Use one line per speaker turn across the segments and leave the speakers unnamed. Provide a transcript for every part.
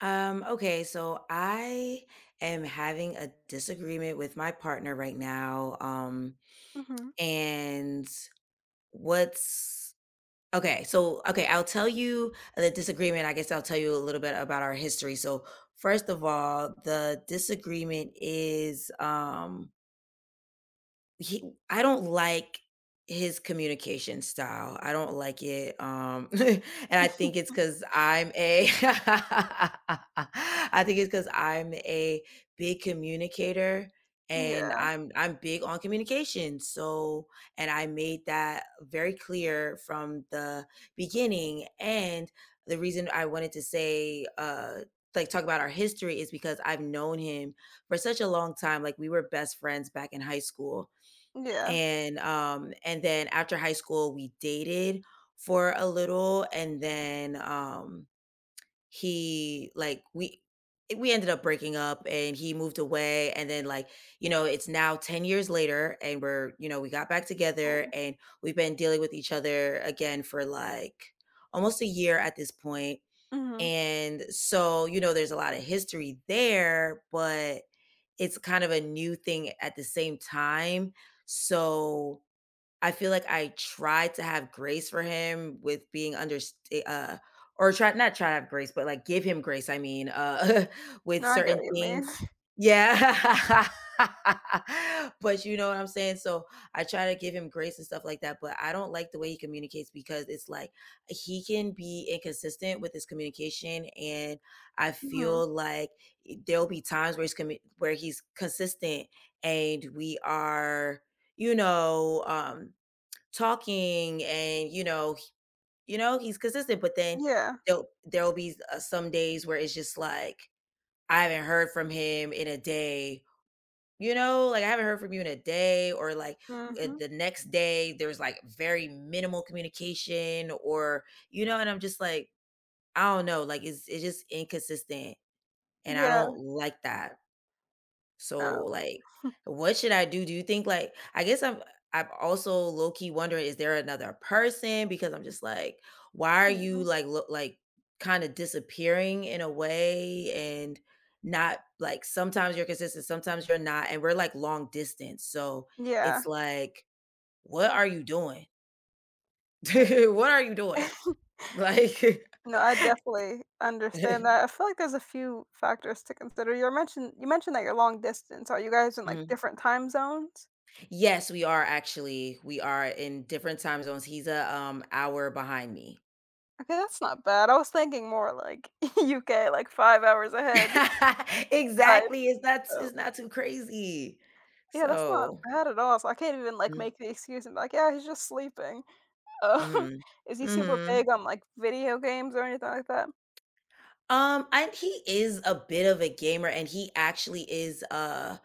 Okay, so I am having a disagreement with my partner right now.
Mhm.
And what's okay, so okay, I'll tell you the disagreement. I guess I'll tell you a little bit about our history. So, first of all, the disagreement is he I don't like his communication style. I don't like it, and I think it's because I'm a. I think it's because 'cause I'm a big communicator, and
Yeah.
I'm big on communication, so and I made that very clear from the beginning, and the reason I wanted to say, like, talk about our history is because I've known him for such a long time, like, we were best friends back in high school,
Yeah.
and then after high school, we dated for a little, and then, he like we ended up breaking up, and he moved away, and then, like, it's now 10 years later, and we're, we got back together,
Oh.
and we've been dealing with each other again for like almost a year at this point.
Mhm.
And so, there's a lot of history there, but it's kind of a new thing at the same time. So, I feel like I try to have grace for him with being under, uh, or try not try to have grace, but, like, give him grace, I mean, with
No, I get
certain
what you mean.
things. Yeah. But you know what I'm saying? So, I try to give him grace and stuff like that, but I don't like the way he communicates, because it's like he can be inconsistent with his communication. And I
Mhm.
feel like there'll be times where he's commu where he's consistent, and we are, you know, um talking, and he's consistent, but then
Yeah.
there'll be some days where it's just like I haven't heard from him in a day. You know, like, I haven't heard from you in a day, or like,
Mhm.
the next day there's like very minimal communication, or, and I'm just like, I don't know, like, it's just inconsistent, and I
Yeah.
don't like that. So,
No.
like, what should I do? Do you think, like, I guess I'm also low key wondering, is there another person? Because I'm just like, why are you
Mhm.
like, look, like, kind of disappearing in a way, and not like sometimes you're consistent, sometimes you're not, and we're like long distance. So it's
Yeah.
like, what are you doing?
Yeah.
What are you doing? Like
No, I definitely understand that. I feel like there's a few factors to consider. You mentioned that you're long distance. Are you guys in like
Mm.
different time zones?
Yes, we are actually. We are in different time zones. He's a hour behind me.
Okay, that's not bad. I was thinking more like UK, like 5 hours ahead type.
Exactly, it's not
So
it's not too crazy.
yeah, that's not
So.
bad at all. So I can't even like
Mm.
make the excuse and be like, yeah, he's just sleeping. Oh,
Mhm.
is he super
Mhm.
big on, like, video games or anything like that?
And he is a bit of a gamer, and he actually is uh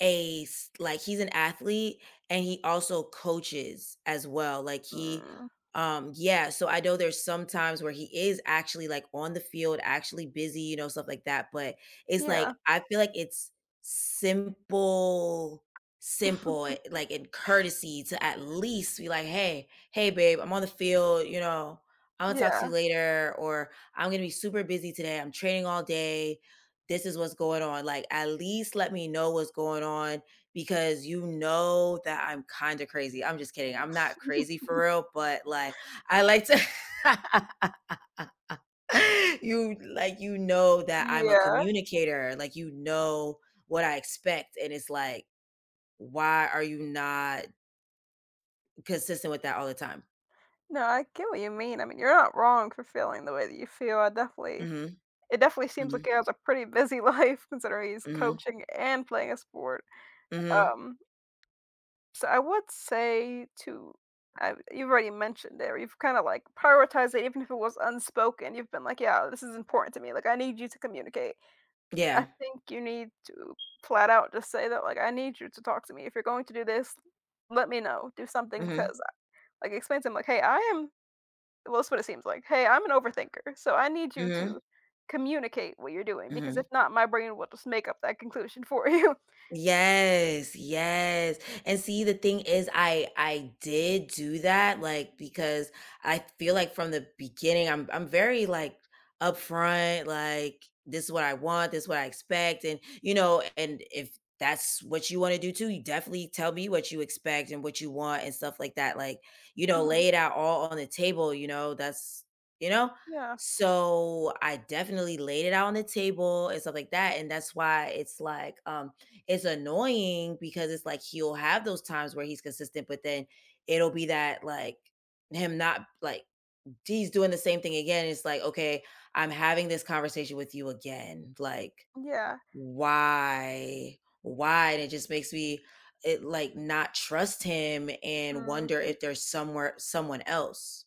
a s- like, he's an athlete, and he also coaches as well. Like he
Mm,
Yeah, so I know there's some times where he is actually like on the field, actually busy, you know, stuff like that. But it's like
yeah.
I feel like it's simple, simple, eh, like in courtesy to at least be like, hey, hey babe, I'm on the field. You know, I'm gonna talk to you
Yeah.
later, or I'm going to be super busy today. I'm training all day. This is what's going on. Like, at least let me know what's going on, because you know that I'm kind of crazy. I'm just kidding. I'm not crazy for real, but, like, I like to. You, like, you know that I'm a
Yeah.
communicator, like you know what I expect, and it's like, why are you not consistent with that all the time?
No, I get what you mean. I mean, you're not wrong for feeling the way that you feel. I definitely
Mhm.
it definitely seems
Mhm.
like he has a pretty busy life considering he's
Mhm.
coaching and playing a sport.
Mhm.
um, so I would say to I you've already mentioned it, or you've kinda, like, prioritized it. Even if it was unspoken, you've been like, "Yeah, this is important to me, like, I need you to communicate."
Yeah.
I think you need to flat out just say that, like, "I need you to talk to me. If you're going to do this, let me know. Do something,"
Mhm.
because, like, explain to him, like, "Hey, I am" well, that's what it seems like. "Hey, I'm an overthinker, so I need you
Mhm.
to communicate what you're doing because if
Mhm.
not, my brain will just make up that conclusion for you."
Yes, yes. And see, the thing is, I did do that, like, because I feel like from the beginning, I'm very like upfront, like this is what I want, this is what I expect, and, and if that's what you want to do too, you definitely tell me what you expect and what you want and stuff like that. Like,
Mhm.
lay it out all on the table. You know, that's, you know.
Yeah.
So I definitely laid it out on the table and stuff like that, and that's why it's like, it's annoying because it's like he'll have those times where he's consistent, but then it'll be that, like, him not like, he's doing the same thing again. It's like, okay, I'm having this conversation with you again. Like,
Yeah.
why? Why? And it just makes me, it like, not trust him and wonder
Mhm.
if there's somewhere someone else.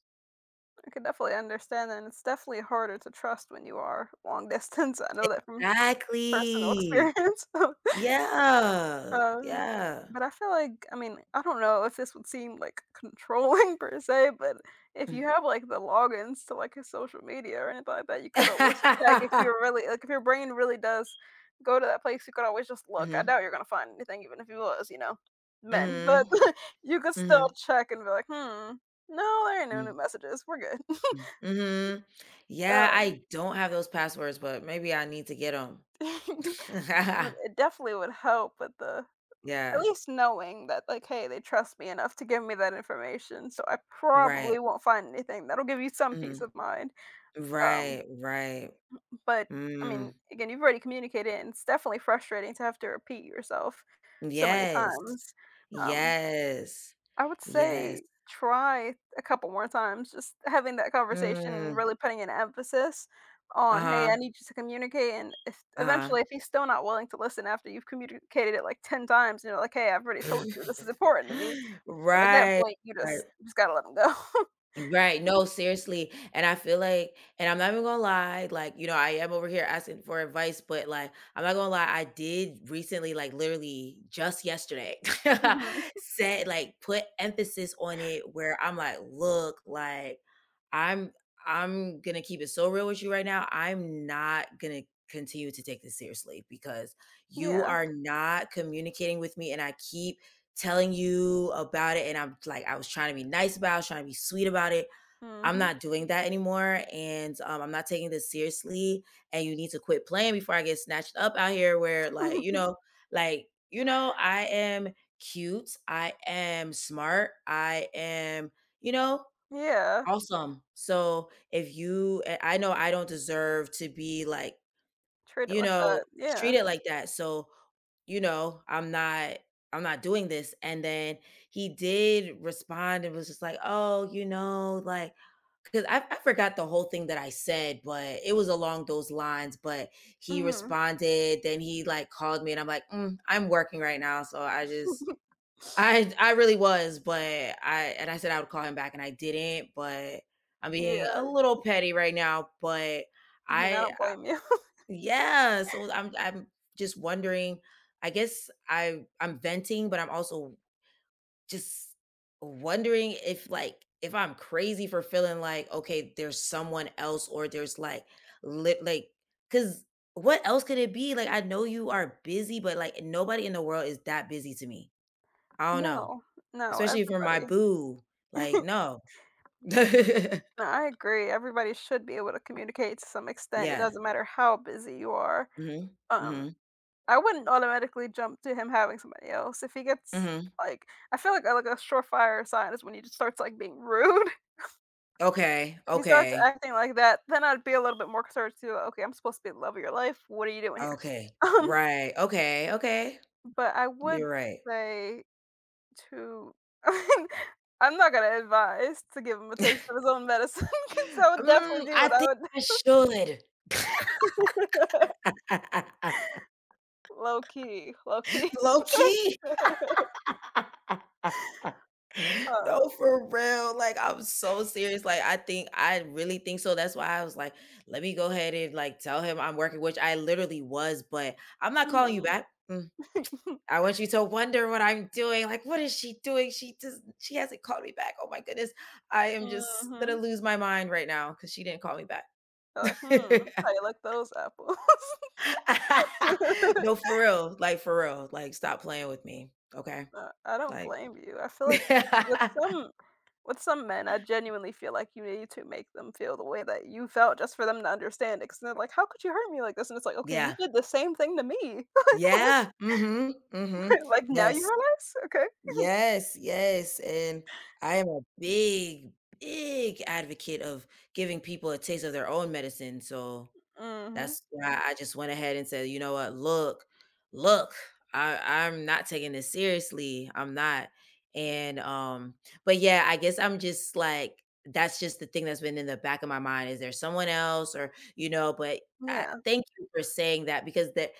I can definitely understand that, and it's definitely harder to trust when you are long distance. I know that from personal
Exactly.
experience.
Yeah.
Um,
Yeah.
but I feel like I mean, I don't know if this would seem like controlling per se, but if you have like the logins to like his social media or anything like that, you could always check if you're really like if your brain really does go to that place, you could always just look. I
Mm.
doubt you're gonna find anything, even if it was, you know, men. But
Mhm.
you could still
Mhm.
check and be like, hmm, no, there ain't no new
Mhm.
messages. We're good.
Mhm. Yeah, I
Um,
don't have those passwords, but maybe I need to get them.
but it definitely would help with the at
Yeah.
least knowing that, like, "Hey, they trust me enough to give me that information, so I
Right.
probably won't find anything that'll give you some peace
Mhm.
of mind." Um,
Right, right.
but, I mean,
Mm.
again, you've already communicated, and it's definitely frustrating to have to repeat yourself so many
Yes.
times. Um,
Yes.
I would
Yes.
say try a couple more times, just having that conversation and
Mm.
really putting an emphasis on, "Hey,
Uh-huh.
I need you to communicate," and if
Uh-huh.
eventually, if he's still not willing to listen after you've communicated it, like, 10 times, you are like, "Hey, I've already told you this is important to me." And at that
Right.
point, you
Right.
just you just gotta let 'em go.
Right, no, seriously. And I feel like, and I'm not even gonna lie, like, you know, I am over here asking for advice, but, like, I'm not gonna lie, I did recently, like, literally just yesterday,
Mhm.
said, like, put emphasis on it, where I'm like, "Look, like, I'm I'm gonna keep it so real with you right now. I'm not gonna continue to take this seriously, because you
Yeah.
are not communicating with me, and I keep telling you about it, and I'm like, I was trying to be nice about it, I was trying to be sweet about it, I'm
Mhm.
not doing that anymore, and, I'm not taking this seriously, and you need to quit playing before I get snatched up out here, where, like, you know, like, you know, I am cute, I am smart, I am, you know,
Yeah.
awesome. So if you, and I know I don't deserve to be, like,
Treat it
you
like
know,
that. Yeah.
treated like that. So, you know, I'm not, I'm not doing this." And then he did respond, and was just like, oh, you know, like, because I forgot the whole thing that I said, but it was along those lines. But he
Mhm.
responded, then he like called me, and I'm like, "Mm, I'm working right now. So I just, I really was." But I, and I said I would call him back, and I didn't, but I'm being a
Yeah.
little petty right now. But
I mean, I
I,
don't blame you.
yeah, so I'm just wondering, I guess I'm venting, but I'm also just wondering if, like, if I'm crazy for feeling like, okay, there's someone else, or there's like, lit like, cuz, what else could it be? Like, I know you are busy, but like, nobody in the world is that busy to me. I don't know.
No. No,
Especially for my
everybody
boo. Like, no.
No, I agree. Everybody should be able to communicate to some extent. It
Yeah.
doesn't matter how busy you are.
Mhm.
Um,
Mhm.
I wouldn't automatically jump to him having somebody else. If he gets
Mhm.
like I feel like a surefire sign is when he just starts, like, being rude.
Okay.
If he starts
Okay.
acting like that, then I'd be a little bit more concerned too. Like, okay, I'm supposed to be the love of your life. What are you doing here?
Okay.
Um,
Right. Okay, okay.
but I would
You're right.
say to I mean, I'm not gonna advise to give him a taste of his own medicine 'cause that would definitely
Mm,
be
I
what I
think I should.
would low key, low key.
Low key. No,
Um,
for real. Like, I'm so serious. Like, I think I really think so. That's why I was like, let me go ahead and like tell him I'm working, which I literally was, but I'm not calling you
mhm.
back. Mm. I want you to wonder what I'm doing. Like, what is she doing? She just, she hasn't called me back. Oh my goodness. I am just gonna lose my mind right now because she didn't call me back.
Like, "Hmm, how you like those apples?"
No, for real, like, stop playing with me, okay?
I don't
Like
blame you. I feel like with some with some men, I genuinely feel like you need to make them feel the way that you felt just for them to understand it. Because 'cause they're like, "How could you hurt me like this?" And it's like, "Okay, you
Yeah,
did the same thing to me.
yeah, mm mhm,
Like, now you
yes,
realize? Okay."
yes, yes. And I am a big, big advocate of giving people a taste of their own medicine. So
Mm mhm.
that's why I just went ahead and said, "You know what? Look, look, I I'm not taking this seriously. I'm not." And but yeah, I guess I'm just like, that's just the thing that's been in the back of my mind. Is there someone else? Or, you know, but I,
Yeah.
thank you for saying that, because that,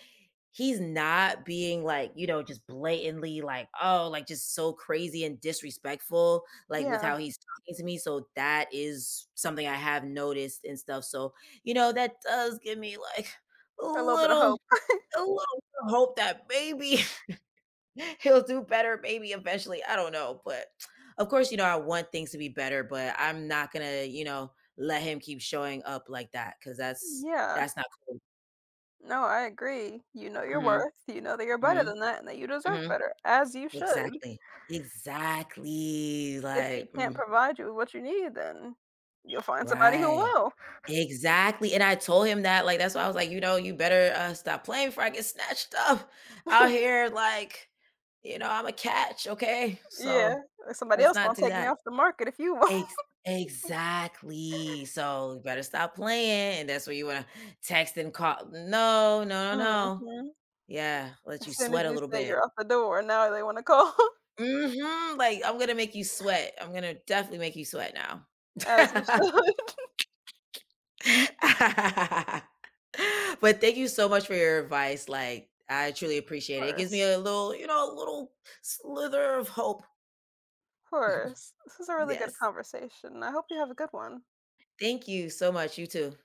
he's not being like, you know, just blatantly, like, oh, like just so crazy and disrespectful, like with
Yeah.
how he's talking to me. So that is something I have noticed and stuff. So, you know, that does give me like a
A little bit of
little,
hope.
a little hope that maybe he'll do better, maybe eventually. I don't know. But of course, you know, I want things to be better, but I'm not gonna, you know, let him keep showing up like that, because that's
Yeah.
that's not cool.
No, I agree. You know your
Hmm.
worth, you know that you're better
Hmm.
than that and that you deserve
Hmm.
better, as you should.
Exactly. Exactly,
If he
like,
can't
mm,
provide you with what you need, then you'll find somebody who
right.
will.
Exactly. And I told him that, like, that's why I was like, "You know, you better, stop playing before I get snatched up out here, like, you know, I'm a catch, okay?
Yeah.
So,
Somebody
let's
else
not
gonna
do
take me
that."
off the market if you won't.
Ex exactly, so, you better stop playing, and that's where you wanna text and call, no, no, no, no.
Mhm.
Yeah, let
As
you
soon as
sweat a
you
little
say
bit.
you're out the door, now they wanna call.
Mhm, like, "I'm gonna make you sweat. I'm gonna definitely make you sweat now."
As you should.
But thank you so much for your advice, like, I truly
Of
appreciate it. It gives me
course,
a little, you know, a little slither of hope.
of course. This was a really good
Yes.
conversation, I hope you have a good one.
Thank you so much. You too.